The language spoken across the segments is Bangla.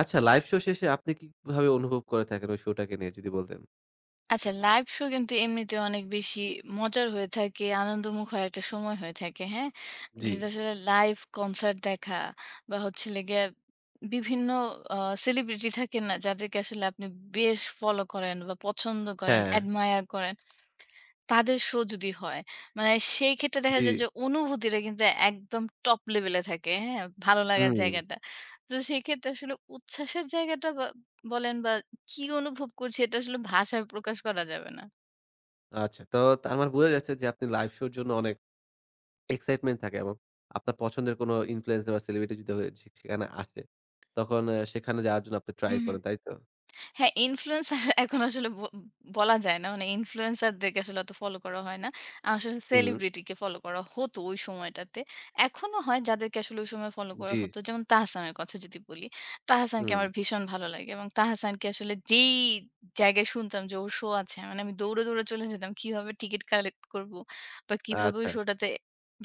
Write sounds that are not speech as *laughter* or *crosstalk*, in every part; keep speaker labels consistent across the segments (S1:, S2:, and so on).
S1: আচ্ছা লাইভ শো শেষে আপনি কিভাবে অনুভব করে থাকেন ওই শোটাকে নিয়ে যদি বলতেন?
S2: আচ্ছা লাইভ শো কিন্তু এমনিতে অনেক বেশি মজার হয়ে থাকে, আনন্দমুখর একটা সময় হয়ে থাকে, হ্যাঁ?
S1: জি,
S2: যদি আসলে লাইভ কনসার্ট দেখা বা হচ্ছে হলো গিয়ে বিভিন্ন আ সেলিব্রিটি থাকেন না? যাদেরকে আসলে আপনি বেশ ফলো করেন বা পছন্দ করেন,
S1: হ্যাঁ,
S2: অ্যাডমায়ার করেন, তাদের শো যদি হয়, মানে সেই ক্ষেত্রে দেখা
S1: জি।
S2: যায় যে অনুভূতিটা কিন্তু একদম টপ লেভেলে থাকে, হ্যাঁ? ভালো লাগার
S1: হুম,
S2: জায়গাটা। তো সেক্ষেত্রে আসলে উচ্ছ্বাসের জায়গাটা বা বলেন বা কি অনুভব করছি এটা আসলে ভাষায় প্রকাশ করা যাবে না।
S1: আচ্ছা। তো তার মানে বোঝা যাচ্ছে যে আপনি লাইভ শোর জন্য অনেক এক্সাইটমেন্ট থাকে এবং আপনার পছন্দের কোনো ইনফ্লুয়েন্সার বা সেলিব্রিটি যদি হয়ে সেখানে আসে, তখন সেখানে যাওয়ার জন্য আপনি ট্রাই
S2: হুম, হুম।
S1: করেন, তাই তো?
S2: হ্যাঁ, ইনফ্লুয়েন্সার *laughs* এখন আসলে বলা যায় না। মানে ইনফ্লুয়েন্সারদেরকে আসলে অত ফলো করা হয় না। আসলে
S1: হুম,
S2: সেলিব্রিটিকে ফলো করা হতো ওই সময়টাতে। এখনো হয় যাদেরকে আসলে ওই সময় ফলো করা
S1: জি,
S2: হতো। যেমন তাহসানের কথা যদি বলি, তাহসানকে
S1: হুম,
S2: আমার ভীষণ ভালো লাগে এবং তাহসানকে আসলে যেই জায়গায় শুনতাম যে ওর শো আছে, মানে আমি দৌড়ে, দৌড়ে চলে যেতাম। কিভাবে টিকেট কালেক্ট করব বা কিভাবে ওই
S1: আচ্ছা,
S2: শোটাতে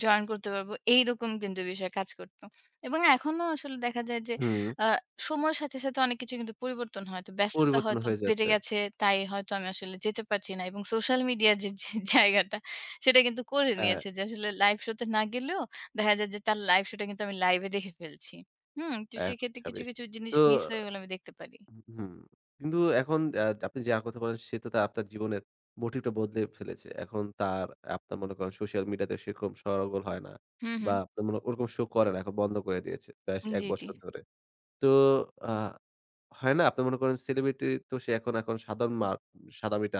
S2: জয়েন করতে পারবো এইরকম কিন্তু বিষয়ে কাজ করত। এবং এখনো আসলে দেখা যায় যে
S1: হুম,
S2: আ সময়ের সাথে, সাথে অনেক কিছু কিন্তু পরিবর্তন হয়। তো ব্যস্ততা
S1: পরিবর্তন
S2: হয়তো
S1: হয়ে
S2: বেড়ে
S1: যাচ্ছে।
S2: গেছে, তাই হয়তো আমি আসলে যেতে পারছি না। এবং সোশ্যাল মিডিয়ার যে যে জায়গাটা, সেটা কিন্তু করে
S1: হ্যাঁ,
S2: নিয়েছে যে আসলে লাইভ শোতে না গেলেও দেখা যায় যে তার লাইভ শোটা কিন্তু আমি লাইভে দেখে ফেলছি। হুম? তো সেক্ষেত্রে
S1: আচ্ছা,
S2: কিছু,
S1: বেশ।
S2: কিছু জিনিস
S1: তো
S2: মিস হয়ে গেলে আমি দেখতে পারি।
S1: হুম। কিন্তু এখন আপনি যার কথা বলেন সে তো তার আপনার জীবনের মোটিভটা বদলে ফেলেছে। এখন তার আপনার মনে করেন সোশ্যাল মিডিয়াতে সেরকম সরগোল হয় না
S2: হুম,
S1: বা
S2: হুম।
S1: আপনার মনে ওরকম শো করে না। এখন বন্ধ করে দিয়েছে বেশ ১
S2: জি, জি।
S1: বছর ধরে। তো আ হয় না? আপনি মনে করেন সেলিব্রিটি তো সে এখন সাধারণ মা সাদামাটা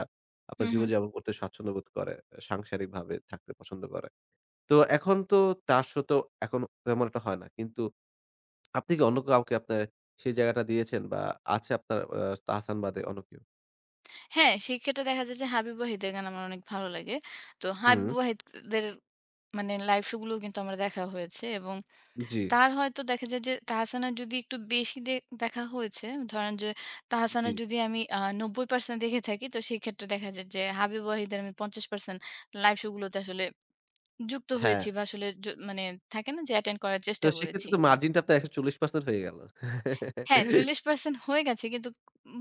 S1: আপনার
S2: হুম, হুম।
S1: জীবনযাপন করতে স্বাচ্ছন্দ্য বোধ করে। সাংসারিকভাবে থাকতে পছন্দ করে। তো এখন তো তার সাথেও এখন তেমন একটা হয় না। কিন্তু আপনি কি অন্য কাউকে আপনার সেই জায়গাটা দিয়েছেন বা আছে আপনার তাহসান বাদে অন্য কেউ?
S2: হ্যাঁ, সেক্ষেত্রে দেখা যায় যে হাবিব ওয়াহিদের গান আমার অনেক ভালো লাগে। তো হাবিব
S1: হুম,
S2: ওয়াহিদ দের মানে লাইভ শো গুলোও কিন্তু আমার দেখা হয়েছে এবং
S1: জি,
S2: তার হয়তো দেখা যায় যে তাহসানের যদি একটু বেশি দেখা হয়েছে, ধরেন যে
S1: জি।
S2: তাহসানের যদি আমি ৯০% দেখে থাকি, তো সেই ক্ষেত্রে দেখা যায় যে হাবিব ওয়াহিদের আমি ৫০% লাইভ শো গুলোতে আসলে যুক্ত
S1: হ্যাঁ,
S2: হয়েছি বা আসলে মানে থাকে না যে অ্যাটেন্ড করার
S1: তো
S2: চেষ্টা করেছি।
S1: সেক্ষেত্রে তো মার্জিনটা আপনার ১৪০% হয়ে গেল।
S2: হ্যাঁ,
S1: *laughs*
S2: ৪০% হয়ে গেছে। কিন্তু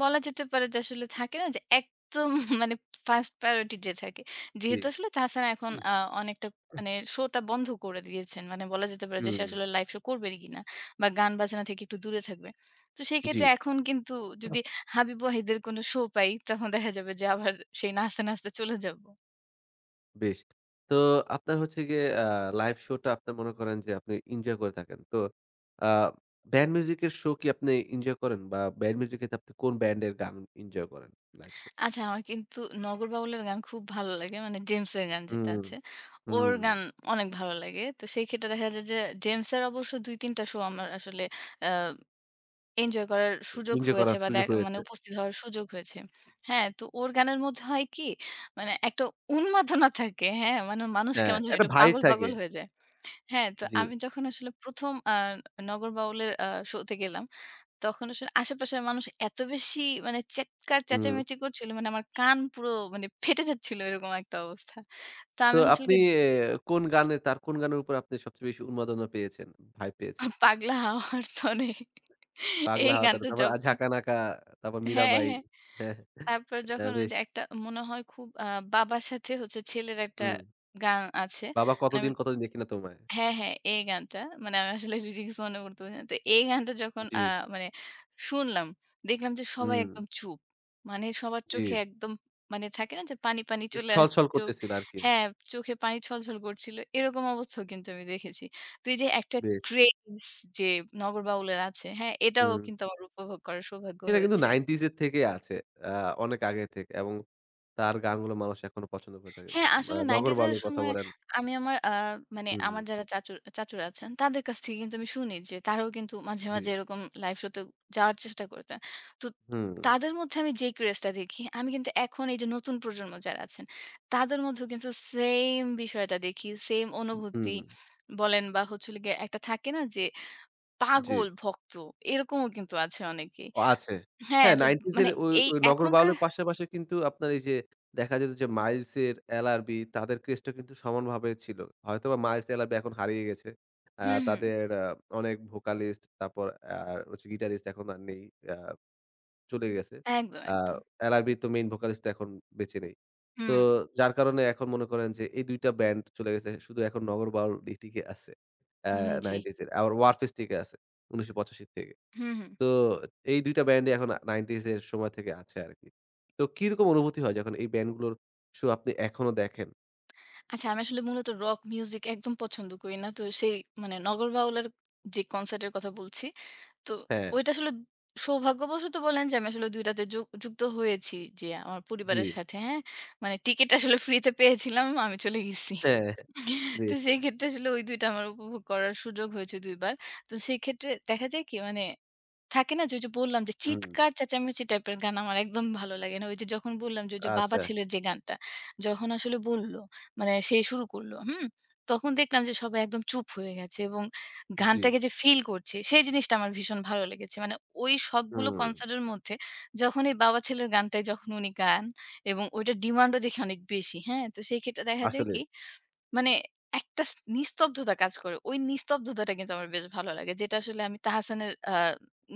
S2: বলা যেতে পারে যে আসলে থাকে না যে একদম *laughs* মানে ফার্স্ট প্রায়োরিটি যে থাকে।
S1: জি।
S2: যেহেতু আসলে তাহসান এখন অনেকটা মানে শো টা বন্ধ করে দিয়েছেন। মানে বলা যেতে পারে যে সে
S1: হুম,
S2: আসলে লাইভ শো করবেই কিনা বা গান বাজনা থেকে একটু দূরে থাকবে। তো
S1: জি।
S2: সেক্ষেত্রে এখন কিন্তু যদি হাবিব ওয়াহিদের কোনো শো পাই তখন দেখা যাবে যে আবার সেই নাচতে, নাচতে চলে যাব।
S1: বেশ। তো আপনার হচ্ছে গিয়ে লাইভ শো টা আপনি মনে করেন যে আপনি এনজয় করে থাকেন। তো আ ব্যান্ড মিউজিক এর শো কি আপনি এনজয় করেন বা ব্যান্ড মিউজিক এ আপনি কোন ব্যান্ড এর গান এনজয় করেন লাইভ শো?
S2: আচ্ছা, আমার কিন্তু নগর বাউলের গান খুব ভালো লাগে। মানে জেমসের গান যেটা
S1: হুম,
S2: আছে। ওর
S1: হুম।
S2: গান অনেক ভালো লাগে। তো সেই ক্ষেত্রে দেখা যায় যে জেমসের অবশ্য ২-৩ টা শো আমার আসলে আ এনজয় করার সুযোগ
S1: এনজয়
S2: হয়েছে
S1: করার
S2: বা
S1: সুযোগ
S2: মানে
S1: হয়েছে।
S2: উপস্থিত হওয়ার সুযোগ হয়েছে। হ্যাঁ, তো ওর গানের মধ্যে হয় কি মানে একটা উন্মাদনা থাকে। হ্যাঁ, মানে মানুষ
S1: হ্যাঁ,
S2: কেমন যেন
S1: একটা
S2: একটু
S1: ভাইব
S2: পাগল,
S1: থাকে।
S2: পাগল হয়ে যায়। হ্যাঁ, তো
S1: জি।
S2: আমি যখন আসলে ১ম নগর বাউলের শোতে গেলাম তখন আসলে আশেপাশের মানুষ এত বেশি মানে চিৎকার
S1: হুম।
S2: চেঁচামেচি করছিল মানে আমার কান পুরো মানে ফেটে যাচ্ছিল এরকম একটা অবস্থা। তো
S1: তো
S2: আমি হচ্ছিল
S1: আপনি
S2: গিয়ে
S1: কোন গানে তার কোন গানের উপর আপনি সবচেয়ে বেশি উন্মাদনা পেয়েছেন, ভাইব পেয়েছেন?
S2: পাগলা হাওয়ার তরে
S1: পাগলা
S2: এই
S1: হাওয়াতারা,
S2: গানটা
S1: তারপর
S2: যখন
S1: ঝাঁকানাকা, তারপর
S2: হ্যাঁ,
S1: মীরাবাই।
S2: হ্যাঁ।
S1: হ্যাঁ,
S2: তারপর
S1: হ্যাঁ,
S2: যখন ওই
S1: বেশ।
S2: যে একটা মনে হয় খুব বাবার সাথে হচ্ছে ছেলের একটা
S1: হুম।
S2: গান আছে।
S1: বাবা
S2: মানে
S1: কতদিন, কতদিন দেখি না তোমায়।
S2: হ্যাঁ, হ্যাঁ, এই গানটা মানে আমি আসলে লিরিক্স মনে করতে পারছি না। তো এই গানটা যখন
S1: জি,
S2: মানে শুনলাম, দেখলাম যে সবাই
S1: হুম,
S2: একদম চুপ। মানে সবার
S1: জি।
S2: চোখে একদম মানে থাকে না যে পানি, পানি চলে
S1: ছল,
S2: আসছে
S1: ছল
S2: চোখ
S1: করতেছিল আরকি।
S2: হ্যাঁ, চোখে পানি ছলছল করছিল। এরকম অবস্থাও কিন্তু আমি দেখেছি। তো এই যে একটা
S1: বেশ।
S2: ক্রেজ যে নগর বাউলের আছে, হ্যাঁ? এটাও
S1: হুম।
S2: কিন্তু আমার উপভোগ করার সৌভাগ্য
S1: এটা কিন্তু
S2: হয়েছে।
S1: 90s এর থেকে আছে। আ অনেক আগে থেকে এবং তার গানগুলো মানুষ এখনো পছন্দ করে থাকে।
S2: হ্যাঁ,
S1: আ
S2: আসলে 90s
S1: 'নগরবাউল'
S2: এর
S1: এর কথা
S2: সময়
S1: বলেন।
S2: আমি আমার মানে
S1: হুম,
S2: আমার যারা চাচুরা আছেন তাদের কাছ থেকে কিন্তু আমি শুনি যে তারাও কিন্তু মাঝে,
S1: জি।
S2: মাঝে এরকম লাইভ শো তে যাওয়ার চেষ্টা করতেন। তো
S1: হুম,
S2: তাদের মধ্যে আমি যেই ক্রেজ টা দেখি, আমি কিন্তু এখন এই যে নতুন প্রজন্ম যারা আছেন, তাদের মধ্যেও কিন্তু সেইম বিষয়টা দেখি, সেইম অনুভূতি
S1: হুম,
S2: বলেন বা হচ্ছে হলো গিয়ে একটা থাকে না যে
S1: জি।
S2: পাগল ভক্ত এরকমও কিন্তু আছে অনেকেই।
S1: ও আছে।
S2: হ্যাঁ,
S1: হ্যাঁ,
S2: তো
S1: 90s
S2: মানে
S1: এর ওই
S2: এই
S1: ওই নগর
S2: এখনকার
S1: বাউলের পাশাপাশি কিন্তু আপনার এই যে দেখা যেত যে মাইলসের, এলআরবি তাদের ক্রেজটা কিন্তু সমানভাবে ছিল। হয়তোবা মাইলস, এলআরবি এখন হারিয়ে গেছে।
S2: হুম, হুম।
S1: তাদের অনেক ভোকালিস্ট, তারপর আর হচ্ছে গিটারিস্ট এখন আর নেই। আ চলে গেছে।
S2: একদম,
S1: আ
S2: একদম।
S1: এলআরবি তো মেইন ভোকালিস্ট এখন বেঁচে নেই। তো
S2: হুম,
S1: যার কারণে এখন মনে করেন যে এই ২ টা ব্যান্ড চলে গেছে। শুধু এখন নগর বাউলই টিকে আছে। আ
S2: হুম, জি।
S1: 90s এর। আবার ওয়ারফেজ টিকে আছে। ১৯৮৫ থেকে।
S2: হুম, হুম।
S1: তো এই ২ টা ব্যান্ডই এখন 90s এর সময় থেকে আছে আরকি। তো কিরকম অনুভূতি হয় যখন এই ব্যান্ডগুলোর শো আপনি এখনো দেখেন?
S2: আচ্ছা, আমি আসলে মূলত রক মিউজিক একদম পছন্দ করি না। তো সেই মানে নগর বাউলের যে কনসার্টের কথা বলছি, তো
S1: হ্যাঁ,
S2: ওইটা আসলে সৌভাগ্যবশত বলেন যে আমি আসলে ২ টাতে যুক্ত হয়েছি যে আমার
S1: জি,
S2: পরিবারের সাথে, হ্যাঁ? মানে টিকেট আসলে ফ্রিতে পেয়েছিলাম, আমি চলে গেছি।
S1: হ্যাঁ,
S2: তো
S1: বেশ।
S2: সেই ক্ষেত্রে আসলে ওই ২ টা আমার উপভোগ করার সুযোগ হয়েছে ২ বার। তো সেই ক্ষেত্রে দেখা যায় কি মানে থাকে না যে ওই যে বললাম যে
S1: হুম,
S2: চিৎকার চেঁচামেচি টাইপের গান আমার একদম ভালো লাগে না। ওই যে যখন বললাম যে ওই যে বাবা
S1: আচ্ছা,
S2: ছেলের যে গানটা, যখন আসলে বলল মানে সে শুরু করল, হুম? তখন দেখলাম যে সবাই একদম চুপ হয়ে গেছে এবং
S1: জি,
S2: গানটাকে যে ফিল করছে সেই জিনিসটা আমার ভীষণ ভালো লেগেছে। মানে ওই সবগুলো
S1: হুম,
S2: কনসার্টের মধ্যে যখন এই বাবা ছেলের গানটাই যখন উনি গান এবং ওইটার ডিমান্ডও দেখি অনেক বেশি, হ্যাঁ? তো সেই ক্ষেত্রে দেখা যায়
S1: আসলে
S2: কি মানে একটা নিস্তব্ধতা কাজ করে। ওই নিস্তব্ধতাটা কিন্তু আমার বেশ ভালো লাগে। যেটা আসলে আমি তাহসানের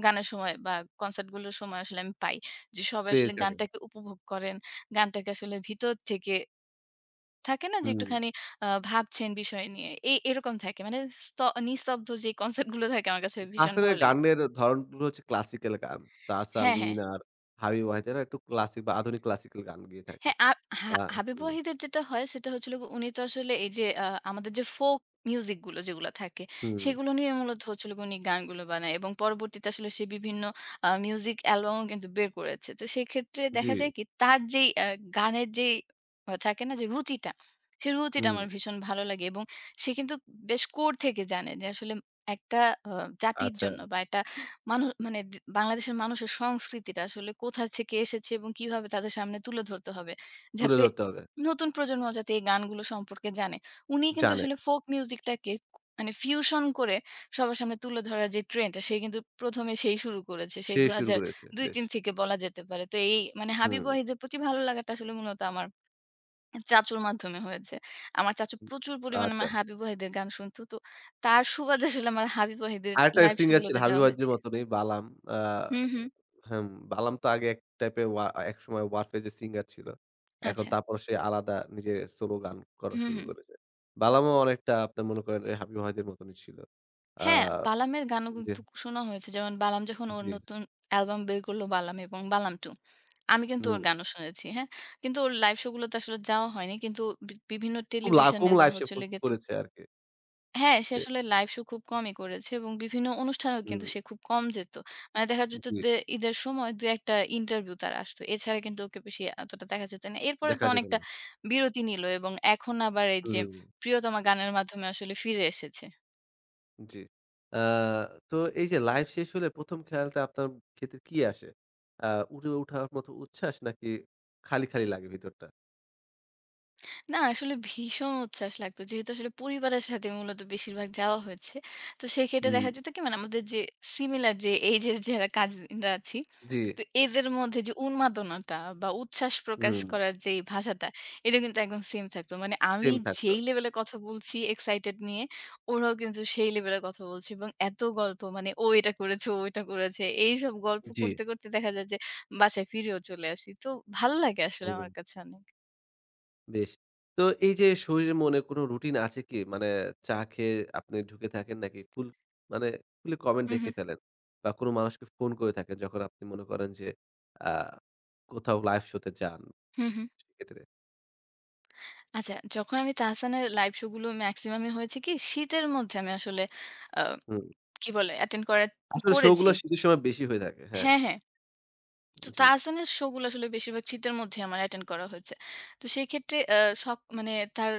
S2: গানের সময় বা কনসার্ট গুলোর সময় আসলে আমি পাই। যে সবাই
S1: পেয়ে
S2: আসলে
S1: থাকেন।
S2: গানটাকে উপভোগ করেন। গানটাকে আসলে ভিতর থেকে থাকে না যে
S1: হুম,
S2: একটুখানি ভাবছেন বিষয় নিয়ে। এরকম থাকে। মানে স্ত নিস্তব্ধ যে কনসার্ট গুলো থাকে আমার কাছে ভীষণ
S1: তাহসানের
S2: ভালো লাগে।
S1: গানের ধরনগুলো হচ্ছে ক্লাসিক্যাল গান। তাহসান,
S2: হ্যাঁ, হ্যাঁ।
S1: মিনার, হাবিব ওয়াহিদ এরা একটু ক্লাসিক বা আধুনিক ক্লাসিক্যাল গান গেয়ে থাকে।
S2: হ্যাঁ,
S1: আ
S2: হাবিব
S1: হুম,
S2: ওয়াহিদের যেটা হয় সেটা হচ্ছিল উনি তো আসলে এই যে আমাদের যে ফোক মিউজিক গুলো যেগুলো থাকে,
S1: হুম,
S2: সেগুলো নিয়ে মূলত হচ্ছিল উনি গানগুলো বানায় এবং পরবর্তীতে আসলে সে বিভিন্ন মিউজিক অ্যালবামও কিন্তু বের করেছে। তো সেক্ষেত্রে
S1: জি,
S2: দেখা যায় কি তার যেই গানের যেই থাকে না যে রুচিটা, সে রুচিটা
S1: হুম,
S2: আমার ভীষণ ভালো লাগে এবং সে কিন্তু বেশ কোর থেকে জানে যে আসলে একটা আ জাতির
S1: আচ্ছা
S2: জন্য বা একটা মানে বাংলাদেশের মানুষের সংস্কৃতিটা আসলে কোথা থেকে এসেছে এবং কিভাবে তাদের সামনে তুলে ধরতে হবে।
S1: তুলে
S2: যাতে
S1: ধরতে হবে।
S2: নতুন প্রজন্ম যাতে এই গানগুলো সম্পর্কে জানে। উনি কিন্তু
S1: জানে,
S2: আসলে ফোক মিউজিকটাকে মানে ফিউশন করে সবার সামনে তুলে ধরার যে ট্রেন্ডটা সে কিন্তু ১ম এ সেই শুরু করেছে। সেই
S1: সে শুরু করেছে। বেশ,
S2: ২০০২-৩ থেকে বলা যেতে পারে। তো এই মানে হাবিব
S1: হুম,
S2: ওয়াহিদের প্রতি ভালো লাগাটা আসলে মূলত আমার চাচুর মাধ্যমে হয়েছে। আমার চাচু প্রচুর পরিমাণে
S1: আচ্ছা।
S2: হাবিব ওয়াহিদের গান শুনত। তো তার সুবাদে আসলে আমার হাবিব ওয়াহিদের
S1: আরেকটা
S2: লাইভ শো
S1: সিঙ্গার ছিল
S2: গুলোতে
S1: হাবিব
S2: যাওয়া
S1: ওয়াহিদের
S2: হয়েছে।
S1: মতনই বালাম। আ
S2: হুম, হুম।
S1: হুম, বালাম তো আগে এক টাইপের একসময় ওয়ারফেজ এর সিঙ্গার ছিল। এখন
S2: আচ্ছা।
S1: তারপর সে আলাদা নিজে সোলো গান করা
S2: হুম,
S1: শুরু
S2: হুম।
S1: করেছে। বালামও অনেকটা আপনার মনে করেন এই হাবিব ওয়াহিদের মতনই ছিল। আ
S2: হ্যাঁ, বালামের গানও
S1: জি,
S2: কিন্তু শোনা হয়েছে। যেমন বালাম যখন ওর
S1: জি,
S2: নতুন অ্যালবাম বের করলো 'বালাম' এবং 'বালাম 2' আমি কিন্তু ওর
S1: হুম।
S2: গানও শুনেছি, হ্যাঁ? কিন্তু ওর লাইভ শো গুলোতে আসলে যাওয়া হয়নি। কিন্তু বিভিন্ন
S1: খুব
S2: টেলিভিশনে
S1: কম
S2: বা
S1: লাইফ সে
S2: হচ্ছে হলো গিয়ে
S1: করেছে আরকি
S2: হ্যাঁ, সে
S1: সে।
S2: আসলে লাইভ শো খুব কমই করেছে এবং বিভিন্ন অনুষ্ঠানেও
S1: হুম,
S2: কিন্তু সে খুব কম যেত। মানে দেখা যেত
S1: জি।
S2: যে ঈদের সময় ২-১ টা ইন্টারভিউ তার আসতো। এছাড়া কিন্তু ওকে বেশি এতটা দেখা যেত না। এরপরে তো
S1: দেখা যেত
S2: অনেকটা
S1: না।
S2: বিরতি নিল এবং এখন আবার এই যে
S1: হুম।
S2: 'প্রিয়তমা' গানের মাধ্যমে আসলে ফিরে এসেছে।
S1: জি। আ তো এই যে লাইভ শেষ হলে ১ম খেয়ালটা আপনার ক্ষেত্রে কি আসে? আ উড়ে ওঠার মতো উচ্ছ্বাস নাকি খালি, খালি লাগে ভিতরটা?
S2: না আসলে ভীষণ উচ্ছ্বাস লাগতো। যেহেতু আসলে পরিবারের সাথে মূলত বেশিরভাগ যাওয়া হয়েছে। তো সেক্ষেত্রে
S1: হুম,
S2: দেখা যেত কি মানে আমাদের যে সিমিলার যে এইজের যারা কাজিনরা আছি,
S1: জি।
S2: তো এদের মধ্যে যে উন্মাদনাটা বা উচ্ছ্বাস প্রকাশ
S1: হুম।
S2: করার যে ভাষাটা, এটা কিন্তু একদম সেম থাকতো। মানে আমি
S1: সেম থাকতো।
S2: যেই লেভেলে কথা বলছি এক্সাইটেড নিয়ে, ওরাও কিন্তু সেই লেভেলে কথা বলছে এবং এত গল্প মানে ও এটা করেছে, ও এটা করেছে। এইসব গল্প
S1: জি,
S2: করতে, করতে দেখা যায় যে বাসায় ফিরেও চলে আসি। তো ভালো লাগে আসলে
S1: হুম।
S2: আমার কাছে অনেক।
S1: বেশ। তো এই যে শরীরে মনে কোনো রুটিন আছে কি? মানে চা খেয়ে আপনি ঢুকে থাকেন নাকি ফুল মানে খুলে কমেন্ট
S2: হু, হু,
S1: দেখে ফেলেন? বা কোনো মানুষকে ফোন করে থাকেন যখন আপনি মনে করেন যে আ কোথাও লাইভ শো তে যান
S2: হু, হু।
S1: সেক্ষেত্রে?
S2: আচ্ছা, যখন আমি তাহসানের লাইভ শো গুলো মেক্সিমামই হয়েছে কি শীতের মধ্যে আমি আসলে আ
S1: হুম।
S2: কি বলে অ্যাটেন্ড
S1: আসলে শো
S2: করেছি।
S1: গুলো শীতের সময় বেশি হয়ে থাকে। হ্যাঁ।
S2: হ্যাঁ, হ্যাঁ। তো
S1: জি।
S2: তাহসানের শো গুলো আসলে বেশিরভাগ শীতের মধ্যে আমার অ্যাটেন্ড করা হয়েছে। তো সেই ক্ষেত্রে সব মানে তার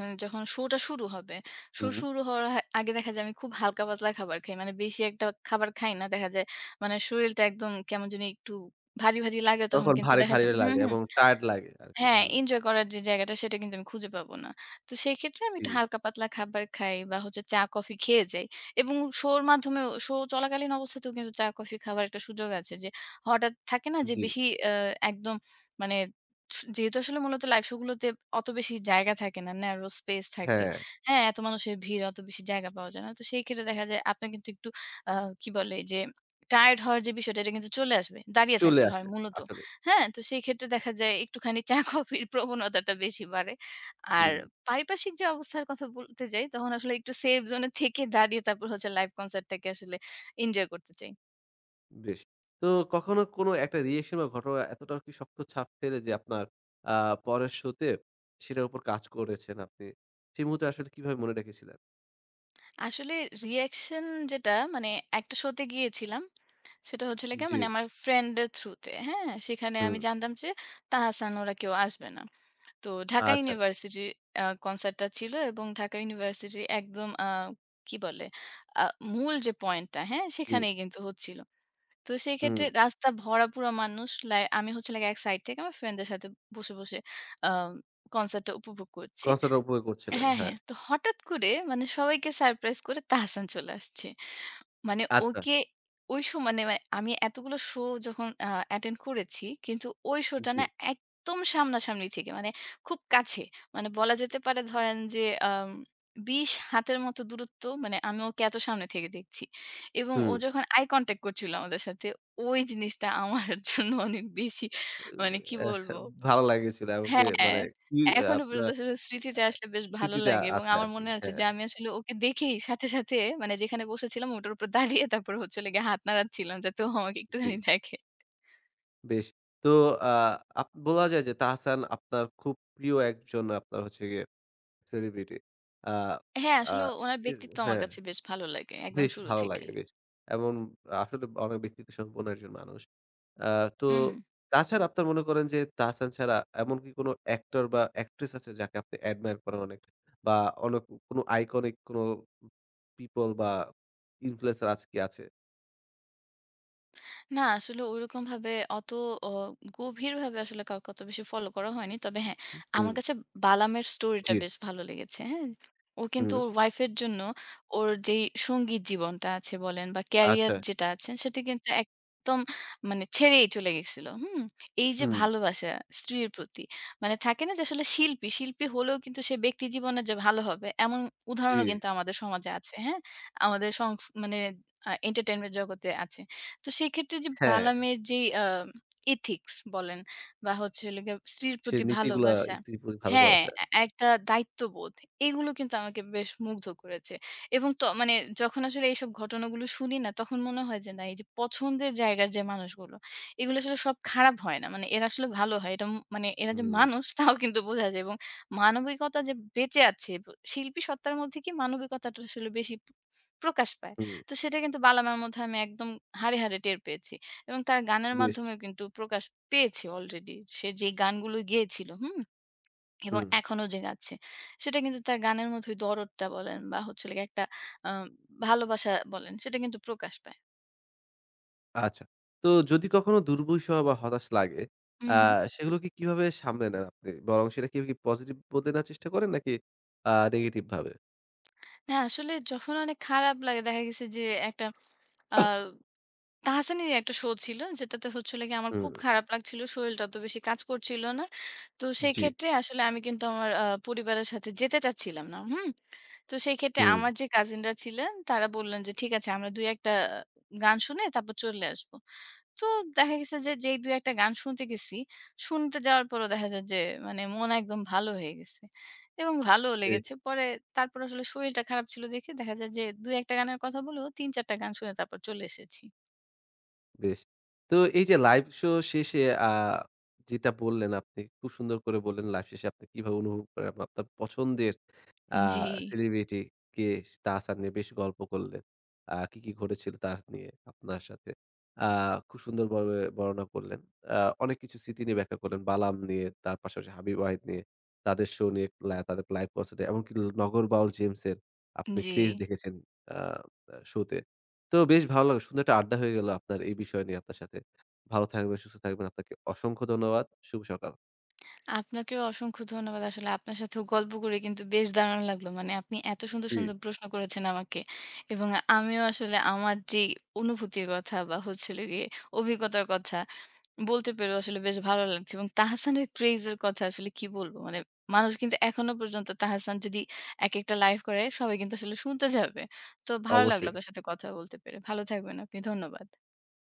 S2: যখন শোটা শুরু হবে, শো
S1: হুম।
S2: শুরু হওয়ার আগে দেখা যায় আমি খুব হালকা পাতলা খাবার খাই। মানে বেশি একটা খাবার খাই না। দেখা যায় মানে শরীরটা একদম কেমন জানি একটু ভারী, ভারী লাগে তখন
S1: তখন
S2: কিন্তু
S1: ভারী,
S2: দেখা
S1: ভারী
S2: যায় হুম,
S1: লাগে
S2: হুম।
S1: এবং টায়ার্ড লাগে আরকি।
S2: হ্যাঁ,
S1: হুম।
S2: এনজয় করার যে জায়গাটা সেটা কিন্তু আমি খুঁজে পাবো না। তো সেক্ষেত্রে আমি
S1: জি,
S2: একটু হালকা পাতলা খাবার খাই বা হচ্ছে চা কফি খেয়ে যাই। এবং শোর মাধ্যমেও শো চলাকালীন অবস্থাতেও কিন্তু চা কফি খাওয়ার একটা সুযোগ আছে যে হঠাৎ থাকে না যে
S1: জি।
S2: বেশি আ একদম মানে যেহেতু আসলে মূলত লাইভ শো গুলোতে অত বেশি জায়গা থাকে না, ন্যারো স্পেস থাকে।
S1: হ্যাঁ,
S2: হ্যাঁ, এত মানুষের ভিড় অত বেশি জায়গা পাওয়া যায় না। তো সেই ক্ষেত্রে দেখা যায় আপনার কিন্তু একটু আ কি বলে যে টায়ার্ড হওয়ার যে বিষয়টা এটা কিন্তু চলে আসবে। দাঁড়িয়ে
S1: চলে
S2: থাকতে হয়
S1: আসে
S2: মূলত।
S1: আসলে।
S2: হ্যাঁ, তো সেই ক্ষেত্রে দেখা যায় একটুখানি চা *laughs* কফির প্রবণতাটা বেশি বাড়ে। আর
S1: হুম,
S2: পারিপার্শ্বিক যে অবস্থার কথা বলতে যাই, তখন আসলে একটু সেফ জোন এ থেকে দাঁড়িয়ে তারপর হচ্ছে লাইভ কনসার্টটাকে আসলে এনজয় করতে চাই।
S1: বেশ। তো কখনো কোনো একটা রিঅ্যাকশন বা ঘটনা এতটা কি শক্ত ছাপ ফেলে যে আপনার আ পরের শোতে সেটার উপর কাজ করেছেন আপনি? সেই মুহূর্তে আসলে কিভাবে মনে রেখেছিলেন?
S2: আসলে রিঅ্যাকশন যেটা মানে একটা শোতে গিয়েছিলাম, সেটা হচ্ছিল গিয়ে
S1: জি,
S2: মানে আমার ফ্রেন্ডের থ্রুতে, হ্যাঁ? সেখানে
S1: হুম।
S2: আমি জানতাম যে তাহসান ওরা কেউ আসবে না। তো ঢাকা
S1: আচ্ছা,
S2: ইউনিভার্সিটির কনসার্টটা ছিল এবং ঢাকা ইউনিভার্সিটির একদম কি বলে? আ মূল যে পয়েন্টটা, হ্যাঁ?
S1: জি,
S2: সেখানেই কিন্তু হচ্ছিল। তো
S1: হুম।
S2: সেক্ষেত্রে রাস্তা ভরাপুরা মানুষ। লাই আমি হচ্ছে লাগে এক সাইড থেকে আমার ফ্রেন্ডদের সাথে বসে আ কনসার্টটা উপভোগ করছি।
S1: কনসার্ট এর উপরে করছিলেন।
S2: হ্যাঁ,
S1: হ্যাঁ।
S2: হ্যাঁ। তো হঠাৎ করে মানে সবাইকে সারপ্রাইজ করে তাহসান চলে আসছে। মানে
S1: আচ্ছা,
S2: ওকে ওই শো মানে আমি এতগুলো শো যখন অ্যাটেন্ড করেছি, কিন্তু ওই শোটা
S1: জি,
S2: না একদম সামনাসামনি থেকে মানে খুব কাছে। মানে বলা যেতে পারে ধরেন যে আম ২০ হাতের মতো দূরত্ব মানে আমি ওকে এত সামনে থেকে দেখছি। এবং ও
S1: হুম।
S2: যখন আই কনট্যাক্ট করছিল আমাদের সাথে, ওই জিনিসটা আমার *laughs* জন্য অনেক বেশি মানে কি
S1: এহ
S2: বলবো।
S1: ভালো লাগেছিল। আমাকে
S2: হ্যাঁ,
S1: মানে কি
S2: এখনো পর্যন্ত
S1: আপনার
S2: আসলে স্মৃতিতে আসলে বেশ ভালো
S1: স্মৃতিতে
S2: লাগে এবং
S1: আছে
S2: আমার
S1: আরকি।
S2: মনে আছে যে
S1: হ্যাঁ,
S2: আমি আসলে ওকে দেখেই সাথে মানে যেখানে বসেছিলাম ওটার উপর দাঁড়িয়ে তারপর হচ্ছে হলো গিয়ে হাত নাড়াচ্ছিলাম যাতে ও আমাকে
S1: জি।
S2: একটুখানি দেখে।
S1: বেশ। তো আ আপ বলা যায় যে তাহসান আপনার খুব প্রিয় একজন আপনার হচ্ছে গিয়ে সেলিব্রিটি। আ
S2: হ্যাঁ,
S1: আ
S2: আসলে উনার
S1: এর
S2: ব্যক্তিত্ব আমার
S1: হ্যাঁ,
S2: কাছে বেশ ভালো লাগে একদম
S1: বেশ
S2: শুরু
S1: ভালো
S2: থেকে।
S1: লাগে বেশ। এমন আসলে অনেক ব্যক্তিত্ব সম্পন্ন একজন মানুষ। আ তো
S2: হু, হু।
S1: তাছাড়া আপনার মনে করেন যে তাহসান ছাড়া এমন কি কোনো অ্যাক্টর বা অ্যাক্ট্রেস আছে যাকে আপনি অ্যাডমায়ার করেন অনেক? বা অনেক কোনো আইকনিক কোনো পিপল বা ইনফ্লুয়েন্সার আছে কি আছে?
S2: না আসলে ওইরকম ভাবে অত অ গভীরভাবে আসলে কাউকে অত বেশি ফলো করা হয়নি। তবে হ্যাঁ, আমার
S1: হুম,
S2: কাছে বালামের স্টোরিটা
S1: জি।
S2: বেশ ভালো লেগেছে। হ্যাঁ? ও কিন্তু
S1: হুম,
S2: ওর ওয়াইফের জন্য ওর যেই সঙ্গীত জীবনটা আছে বলেন বা ক্যারিয়ার
S1: আচ্ছা।
S2: যেটা আছে সেটা কিন্তু একদম মানে ছেড়েই চলে গেছিল। হুম? এই যে
S1: হুম,
S2: ভালোবাসা স্ত্রীর প্রতি মানে থাকে না যে আসলে শিল্পী হলেও কিন্তু সে ব্যক্তি জীবনে যে ভালো হবে এমন
S1: জি।
S2: উদাহরণও কিন্তু আমাদের সমাজে আছে। হ্যাঁ? আমাদের সংস মানে এন্টারটেইনমেন্ট জগতে আছে। তো সেক্ষেত্রে যে
S1: হ্যাঁ।
S2: বালামের যেই এথিক্স বলেন বা হচ্ছে হলো গিয়ে স্ত্রীর
S1: সে
S2: প্রতি
S1: নীতিগুলা
S2: ভালোবাসা,
S1: স্ত্রীর প্রতি
S2: হ্যাঁ,
S1: ভালোবাসা।
S2: এ একটা দায়িত্ববোধ এগুলো কিন্তু আমাকে বেশ মুগ্ধ করেছে। এবং মানে যখন আসলে এইসব ঘটনাগুলো শুনি না তখন মনে হয় যে না এই যে পছন্দের জায়গার যে মানুষগুলো, এগুলো আসলে সব খারাপ হয় না। মানে এরা আসলে ভালো হয়। এটা মানে এরা যে
S1: হুম,
S2: মানুষ *laughs* তাও কিন্তু বোঝা যায় এবং মানবিকতা যে বেঁচে আছে শিল্পী সত্তার মধ্যে কি মানবিকতাটা আসলে বেশি প্রকাশ পায়।
S1: হুম,
S2: তো সেটা কিন্তু বালামার মধ্যে আমি একদম হাড়ে, হাড়ে টের পেয়েছি। এবং তার গানের
S1: বেশ।
S2: মাধ্যমেও কিন্তু প্রকাশ পেয়েছে অলরেডি। সে যে গানগুলো গেয়েছিল, হুম? এবং
S1: হুম,
S2: এখনো যে গাচ্ছে। সেটা কিন্তু তার গানের মধ্যে ওই দরদটা বলেন বা হচ্ছে হলো গিয়ে একটা আ ভালোবাসা বলেন, সেটা কিন্তু প্রকাশ পায়।
S1: আচ্ছা। তো যদি কখনো দুর্বিষহ বা হতাশ লাগে, আ
S2: উহু।
S1: সেগুলোকে কিভাবে সামলে নেন আপনি? বরং সেটা কি পজিটিভ বলতে নেওয়ার চেষ্টা করেন নাকি নেগেটিভ ভাবে?
S2: হ্যাঁ, আসলে যখন অনেক খারাপ লাগে দেখা গেছে যে একটা আ তাহসানেরই একটা শো ছিল যেটাতে হচ্ছে হলো গিয়ে আমার খুব
S1: হুম,
S2: খারাপ লাগছিল। শরীরটা অত বেশি কাজ করছিল না। তো সেই
S1: জি,
S2: ক্ষেত্রে আসলে আমি কিন্তু আমার পরিবারের সাথে যেতে চাচ্ছিলাম না। হুম? তো সেই ক্ষেত্রে
S1: হুম।
S2: আমার যে কাজিনরা ছিলেন তারা বললেন যে, "ঠিক আছে আমরা ২ ১ টা গান শুনে তারপর চলে আসবো।" তো দেখা গেছে যে যেই ২ ১ টা গান শুনতে গেছি, শুনতে যাওয়ার পরও দেখা যায় যে মানে মন একদম ভালো হয়ে গেছে এবং ভালোও
S1: এ
S2: লেগেছে। পরে তারপর আসলে শরীরটা খারাপ ছিল দেখে দেখা যায় যে ২ ১ টা গানের কথা বলেও ৩ ৪ টা গান শুনে তারপর চলে এসেছি।
S1: বেশ। তো এই যে লাইভ শো শেষে আ যেটা বললেন আপনি, খুব সুন্দর করে বললেন লাইভ শেষে আপনি কিভাবে অনুভব করেন আপনার আপনার পছন্দের আ
S2: জি,
S1: সেলিব্রিটি কে তাহসান নিয়ে বেশ গল্প করলেন। আ কি, কি ঘটেছিল তার নিয়ে আপনার সাথে। আ খুব সুন্দরভাবে বর্ণনা করলেন। আ অনেক কিছু স্মৃতি নিয়ে ব্যাখ্যা করলেন। বালাম নিয়ে, তার পাশাপাশি হাবিব ওয়াহিদ নিয়ে, তাদের শো নিয়ে, তাদের লাইভ কনসার্ট এ এমনকি নগর বাউল জেমসের আপনি
S2: জি।
S1: ক্রেজ দেখেছেন আ আ শোতে। তো বেশ ভালো লাগলো। সুন্দর একটা আড্ডা হয়ে গেল আপনার এই বিষয় নিয়ে আপনার সাথে। ভালো থাকবেন, সুস্থ থাকবেন। আপনাকে অসংখ্য ধন্যবাদ। শুভ সকাল।
S2: আপনাকেও অসংখ্য ধন্যবাদ। আসলে আপনার সাথেও গল্প করে কিন্তু বেশ দারুণ লাগলো। মানে আপনি এত সুন্দর,
S1: জি।
S2: সুন্দর প্রশ্ন করেছেন আমাকে। এবং আমিও আসলে আমার যেই অনুভূতির কথা বা হচ্ছিল গিয়ে অভিজ্ঞতার কথা বলতে পেরেও আসলে বেশ ভালো লাগছে। এবং তাহসানের ক্রেজ এর কথা আসলে কি বলবো? মানে মানুষ কিন্তু এখনো পর্যন্ত তাহসান যদি একেকটা লাইভ করে সবাই কিন্তু আসলে শুনতে যাবে। তো ভালো লাগলো
S1: অবশ্যই।
S2: আপনার সাথে কথা বলতে পেরে। ভালো থাকবেন আপনি। ধন্যবাদ।